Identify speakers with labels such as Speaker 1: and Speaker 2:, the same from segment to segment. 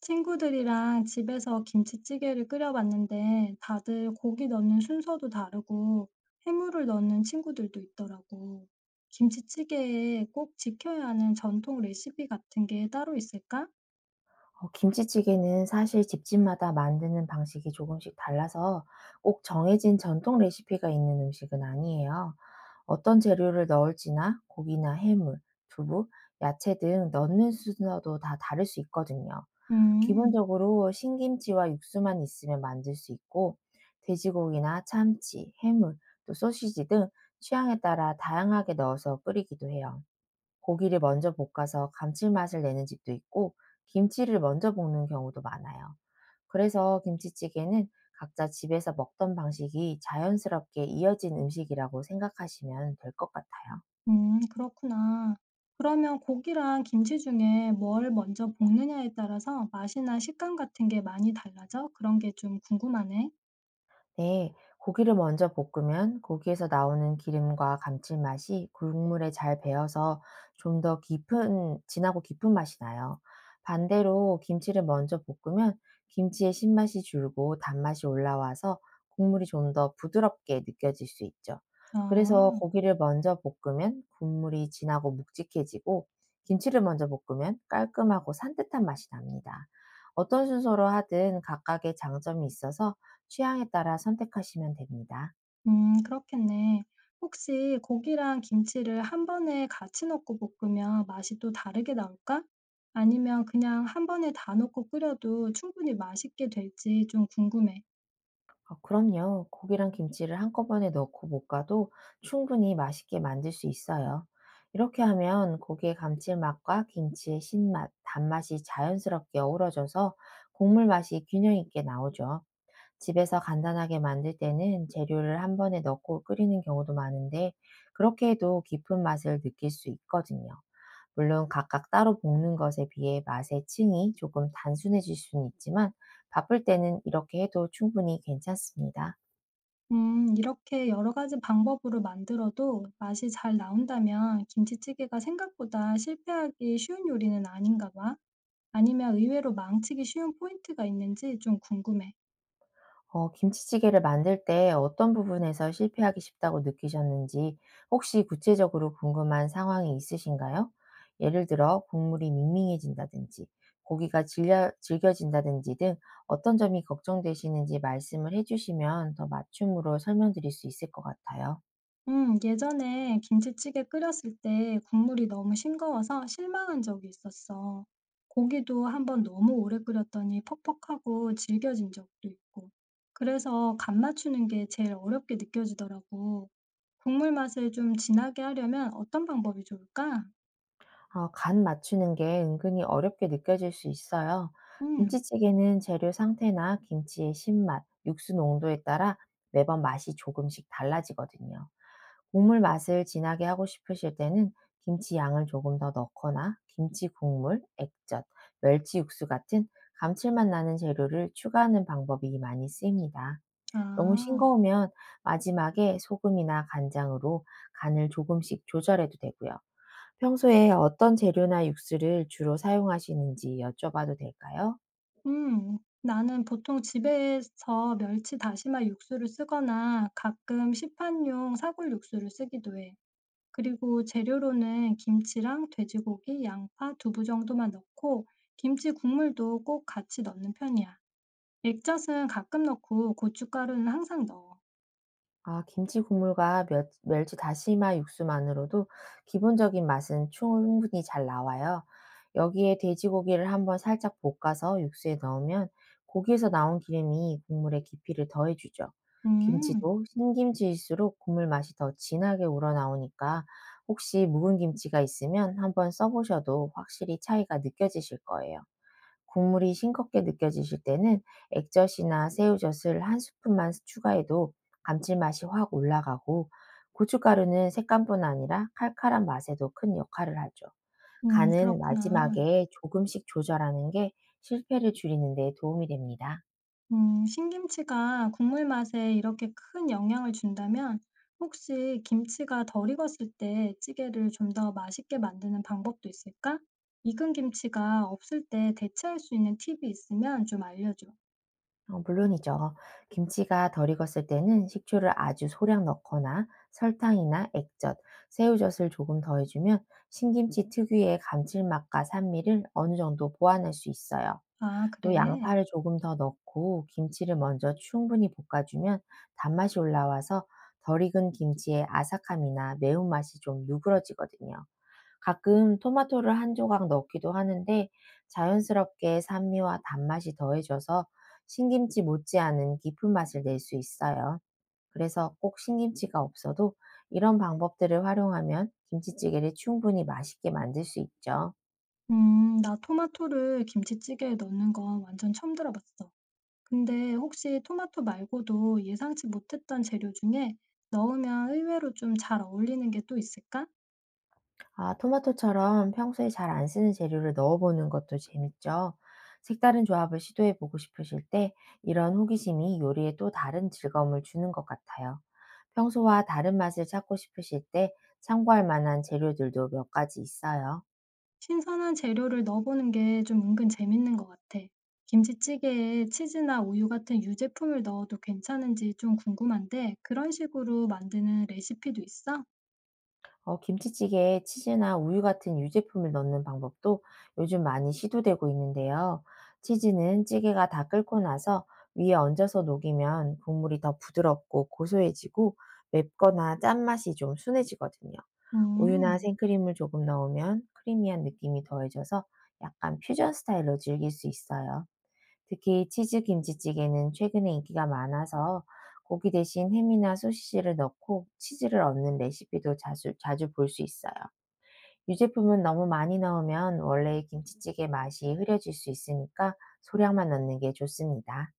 Speaker 1: 친구들이랑 집에서 김치찌개를 끓여봤는데 다들 고기 넣는 순서도 다르고 해물을 넣는 친구들도 있더라고. 김치찌개에 꼭 지켜야 하는 전통 레시피 같은 게 따로 있을까?
Speaker 2: 김치찌개는 사실 집집마다 만드는 방식이 조금씩 달라서 꼭 정해진 전통 레시피가 있는 음식은 아니에요. 어떤 재료를 넣을지나 고기나 해물, 두부, 야채 등 넣는 순서도 다 다를 수 있거든요.
Speaker 1: 음,
Speaker 2: 기본적으로 신김치와 육수만 있으면 만들 수 있고, 돼지고기나 참치, 해물, 또 소시지 등 취향에 따라 다양하게 넣어서 끓이기도 해요. 고기를 먼저 볶아서 감칠맛을 내는 집도 있고, 김치를 먼저 볶는 경우도 많아요. 그래서 김치찌개는 각자 집에서 먹던 방식이 자연스럽게 이어진 음식이라고 생각하시면 될 것 같아요.
Speaker 1: 그렇구나. 그러면 고기랑 김치 중에 뭘 먼저 볶느냐에 따라서 맛이나 식감 같은 게 많이 달라져? 그런 게 좀 궁금하네.
Speaker 2: 네, 고기를 먼저 볶으면 고기에서 나오는 기름과 감칠맛이 국물에 잘 배어서 좀 더 깊은, 진하고 깊은 맛이 나요. 반대로 김치를 먼저 볶으면 김치의 신맛이 줄고 단맛이 올라와서 국물이 좀 더 부드럽게 느껴질 수 있죠. 그래서
Speaker 1: 아.
Speaker 2: 고기를 먼저 볶으면 국물이 진하고 묵직해지고, 김치를 먼저 볶으면 깔끔하고 산뜻한 맛이 납니다. 어떤 순서로 하든 각각의 장점이 있어서 취향에 따라 선택하시면 됩니다.
Speaker 1: 그렇겠네. 혹시 고기랑 김치를 한 번에 같이 넣고 볶으면 맛이 또 다르게 나올까? 아니면 그냥 한 번에 다 넣고 끓여도 충분히 맛있게 될지 좀 궁금해.
Speaker 2: 그럼요. 고기랑 김치를 한꺼번에 넣고 볶아도 충분히 맛있게 만들 수 있어요. 이렇게 하면 고기의 감칠맛과 김치의 신맛, 단맛이 자연스럽게 어우러져서 국물 맛이 균형 있게 나오죠. 집에서 간단하게 만들 때는 재료를 한 번에 넣고 끓이는 경우도 많은데, 그렇게 해도 깊은 맛을 느낄 수 있거든요. 물론 각각 따로 볶는 것에 비해 맛의 층이 조금 단순해질 수는 있지만, 바쁠 때는 이렇게 해도 충분히 괜찮습니다.
Speaker 1: 이렇게 여러 가지 방법으로 만들어도 맛이 잘 나온다면 김치찌개가 생각보다 실패하기 쉬운 요리는 아닌가 봐. 아니면 의외로 망치기 쉬운 포인트가 있는지 좀 궁금해.
Speaker 2: 김치찌개를 만들 때 어떤 부분에서 실패하기 쉽다고 느끼셨는지, 혹시 구체적으로 궁금한 상황이 있으신가요? 예를 들어 국물이 밍밍해진다든지, 고기가 질겨진다든지 등 어떤 점이 걱정되시는지 말씀을 해주시면 더 맞춤으로 설명드릴 수 있을 것 같아요.
Speaker 1: 예전에 김치찌개 끓였을 때 국물이 너무 싱거워서 실망한 적이 있었어. 고기도 한번 너무 오래 끓였더니 퍽퍽하고 질겨진 적도 있고. 그래서 간 맞추는 게 제일 어렵게 느껴지더라고. 국물 맛을 좀 진하게 하려면 어떤 방법이 좋을까?
Speaker 2: 간 맞추는 게 은근히 어렵게 느껴질 수 있어요.
Speaker 1: 음,
Speaker 2: 김치찌개는 재료 상태나 김치의 신맛, 육수 농도에 따라 매번 맛이 조금씩 달라지거든요. 국물 맛을 진하게 하고 싶으실 때는 김치 양을 조금 더 넣거나 김치 국물, 액젓, 멸치 육수 같은 감칠맛 나는 재료를 추가하는 방법이 많이 쓰입니다. 너무
Speaker 1: 아,
Speaker 2: 싱거우면 마지막에 소금이나 간장으로 간을 조금씩 조절해도 되고요. 평소에 어떤 재료나 육수를 주로 사용하시는지 여쭤봐도 될까요?
Speaker 1: 나는 보통 집에서 멸치 다시마 육수를 쓰거나 가끔 시판용 사골 육수를 쓰기도 해. 그리고 재료로는 김치랑 돼지고기, 양파, 두부 정도만 넣고 김치 국물도 꼭 같이 넣는 편이야. 액젓은 가끔 넣고 고춧가루는 항상 넣어.
Speaker 2: 아, 김치 국물과 멸치 다시마 육수만으로도 기본적인 맛은 충분히 잘 나와요. 여기에 돼지고기를 한번 살짝 볶아서 육수에 넣으면 고기에서 나온 기름이 국물의 깊이를 더해주죠.
Speaker 1: 음,
Speaker 2: 김치도 신김치일수록 국물 맛이 더 진하게 우러나오니까, 혹시 묵은 김치가 있으면 한번 써보셔도 확실히 차이가 느껴지실 거예요. 국물이 싱겁게 느껴지실 때는 액젓이나 새우젓을 한 스푼만 추가해도 감칠맛이 확 올라가고, 고춧가루는 색감뿐 아니라 칼칼한 맛에도 큰 역할을 하죠. 간은
Speaker 1: 그렇구나.
Speaker 2: 마지막에 조금씩 조절하는 게 실패를 줄이는 데 도움이 됩니다.
Speaker 1: 신김치가 국물 맛에 이렇게 큰 영향을 준다면 혹시 김치가 덜 익었을 때 찌개를 좀 더 맛있게 만드는 방법도 있을까? 익은 김치가 없을 때 대체할 수 있는 팁이 있으면 좀 알려줘.
Speaker 2: 물론이죠. 김치가 덜 익었을 때는 식초를 아주 소량 넣거나 설탕이나 액젓, 새우젓을 조금 더해 주면 신김치 특유의 감칠맛과 산미를 어느 정도 보완할 수 있어요.
Speaker 1: 아,
Speaker 2: 또
Speaker 1: 그래.
Speaker 2: 양파를 조금 더 넣고 김치를 먼저 충분히 볶아주면 단맛이 올라와서 덜 익은 김치의 아삭함이나 매운맛이 좀 누그러지거든요. 가끔 토마토를 한 조각 넣기도 하는데, 자연스럽게 산미와 단맛이 더해져서 신김치 못지않은 깊은 맛을 낼 수 있어요. 그래서 꼭 신김치가 없어도 이런 방법들을 활용하면 김치찌개를 충분히 맛있게 만들 수 있죠.
Speaker 1: 나 토마토를 김치찌개에 넣는 건 완전 처음 들어봤어. 근데 혹시 토마토 말고도 예상치 못했던 재료 중에 넣으면 의외로 좀 잘 어울리는 게 또 있을까?
Speaker 2: 아, 토마토처럼 평소에 잘 안 쓰는 재료를 넣어보는 것도 재밌죠. 색다른 조합을 시도해보고 싶으실 때, 이런 호기심이 요리에 또 다른 즐거움을 주는 것 같아요. 평소와 다른 맛을 찾고 싶으실 때 참고할 만한 재료들도 몇 가지 있어요.
Speaker 1: 신선한 재료를 넣어보는 게 좀 은근 재밌는 것 같아. 김치찌개에 치즈나 우유 같은 유제품을 넣어도 괜찮은지 좀 궁금한데 그런 식으로 만드는 레시피도 있어?
Speaker 2: 김치찌개에 치즈나 우유 같은 유제품을 넣는 방법도 요즘 많이 시도되고 있는데요. 치즈는 찌개가 다 끓고 나서 위에 얹어서 녹이면 국물이 더 부드럽고 고소해지고, 맵거나 짠맛이 좀 순해지거든요. 우유나
Speaker 1: 음,
Speaker 2: 생크림을 조금 넣으면 크리미한 느낌이 더해져서 약간 퓨전 스타일로 즐길 수 있어요. 특히 치즈 김치찌개는 최근에 인기가 많아서 고기 대신 햄이나 소시지를 넣고 치즈를 얹는 레시피도 자주, 자주 볼 수 있어요. 유제품은 너무 많이 넣으면 원래의 김치찌개 맛이 흐려질 수 있으니까 소량만 넣는 게 좋습니다.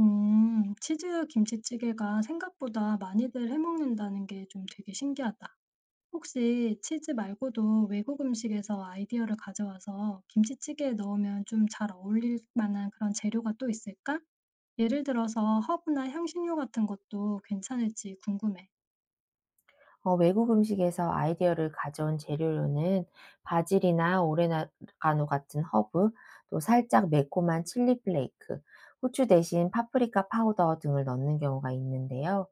Speaker 1: 치즈 김치찌개가 생각보다 많이들 해먹는다는 게 좀 되게 신기하다. 혹시 치즈 말고도 외국 음식에서 아이디어를 가져와서 김치찌개에 넣으면 좀 잘 어울릴 만한 그런 재료가 또 있을까? 예를 들어서 허브나 향신료 같은 것도 괜찮을지 궁금해.
Speaker 2: 외국 음식에서 아이디어를 가져온 재료로는 바질이나 오레가노 같은 허브, 또 살짝 매콤한 칠리 플레이크, 후추 대신 파프리카 파우더 등을 넣는 경우가 있는데요.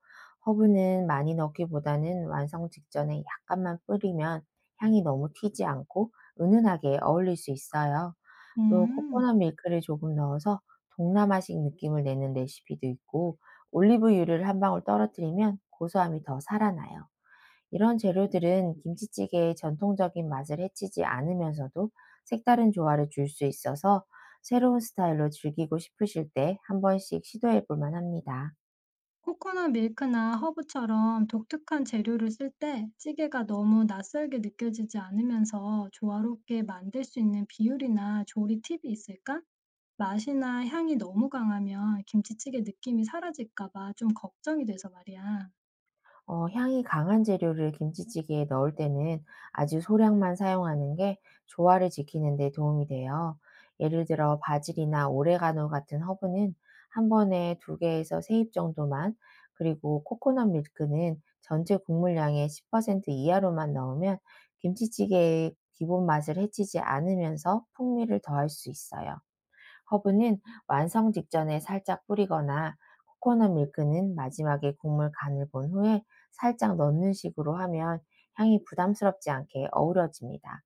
Speaker 2: 허브는 많이 넣기보다는 완성 직전에 약간만 뿌리면 향이 너무 튀지 않고 은은하게 어울릴 수 있어요. 또
Speaker 1: 음,
Speaker 2: 코코넛 밀크를 조금 넣어서 동남아식 느낌을 내는 레시피도 있고, 올리브유를 한 방울 떨어뜨리면 고소함이 더 살아나요. 이런 재료들은 김치찌개의 전통적인 맛을 해치지 않으면서도 색다른 조화를 줄 수 있어서 새로운 스타일로 즐기고 싶으실 때 한 번씩 시도해 볼 만합니다.
Speaker 1: 코코넛 밀크나 허브처럼 독특한 재료를 쓸 때 찌개가 너무 낯설게 느껴지지 않으면서 조화롭게 만들 수 있는 비율이나 조리 팁이 있을까? 맛이나 향이 너무 강하면 김치찌개 느낌이 사라질까 봐 좀 걱정이 돼서 말이야.
Speaker 2: 향이 강한 재료를 김치찌개에 넣을 때는 아주 소량만 사용하는 게 조화를 지키는 데 도움이 돼요. 예를 들어 바질이나 오레가노 같은 허브는 한 번에 2개 개에서 3잎 정도만, 그리고 코코넛 밀크는 전체 국물량의 10% 이하로만 넣으면 김치찌개의 기본 맛을 해치지 않으면서 풍미를 더할 수 있어요. 허브는 완성 직전에 살짝 뿌리거나, 코코넛 밀크는 마지막에 국물 간을 본 후에 살짝 넣는 식으로 하면 향이 부담스럽지 않게 어우러집니다.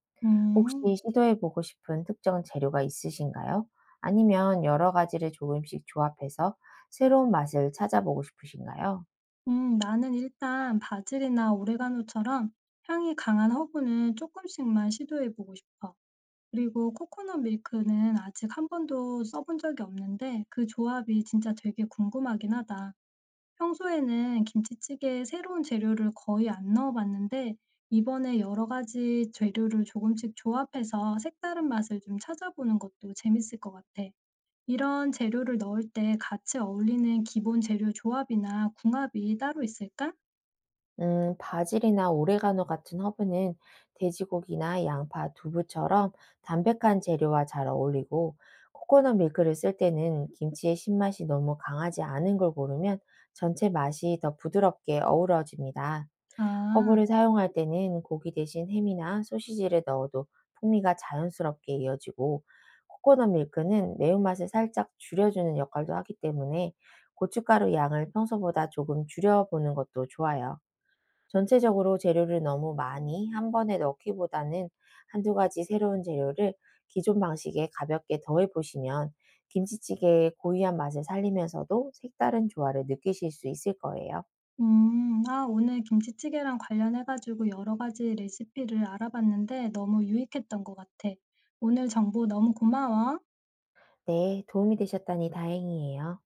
Speaker 2: 혹시
Speaker 1: 음,
Speaker 2: 시도해보고 싶은 특정 재료가 있으신가요? 아니면 여러 가지를 조금씩 조합해서 새로운 맛을 찾아보고 싶으신가요?
Speaker 1: 나는 일단 바질이나 오레가노처럼 향이 강한 허브는 조금씩만 시도해보고 싶어. 그리고 코코넛 밀크는 아직 한 번도 써본 적이 없는데 그 조합이 진짜 되게 궁금하긴 하다. 평소에는 김치찌개에 새로운 재료를 거의 안 넣어봤는데 이번에 여러 가지 재료를 조금씩 조합해서 색다른 맛을 좀 찾아보는 것도 재밌을 것 같아. 이런 재료를 넣을 때 같이 어울리는 기본 재료 조합이나 궁합이 따로 있을까?
Speaker 2: 바질이나 오레가노 같은 허브는 돼지고기나 양파, 두부처럼 담백한 재료와 잘 어울리고, 코코넛 밀크를 쓸 때는 김치의 신맛이 너무 강하지 않은 걸 고르면 전체 맛이 더 부드럽게 어우러집니다. 허브를
Speaker 1: 아,
Speaker 2: 사용할 때는 고기 대신 햄이나 소시지를 넣어도 풍미가 자연스럽게 이어지고, 코코넛 밀크는 매운맛을 살짝 줄여주는 역할도 하기 때문에 고춧가루 양을 평소보다 조금 줄여보는 것도 좋아요. 전체적으로 재료를 너무 많이 한 번에 넣기보다는 한두 가지 새로운 재료를 기존 방식에 가볍게 더해 보시면 김치찌개의 고유한 맛을 살리면서도 색다른 조화를 느끼실 수 있을 거예요.
Speaker 1: 아, 오늘 김치찌개랑 관련해가지고 여러 가지 레시피를 알아봤는데 너무 유익했던 것 같아. 오늘 정보 너무 고마워.
Speaker 2: 네, 도움이 되셨다니 다행이에요.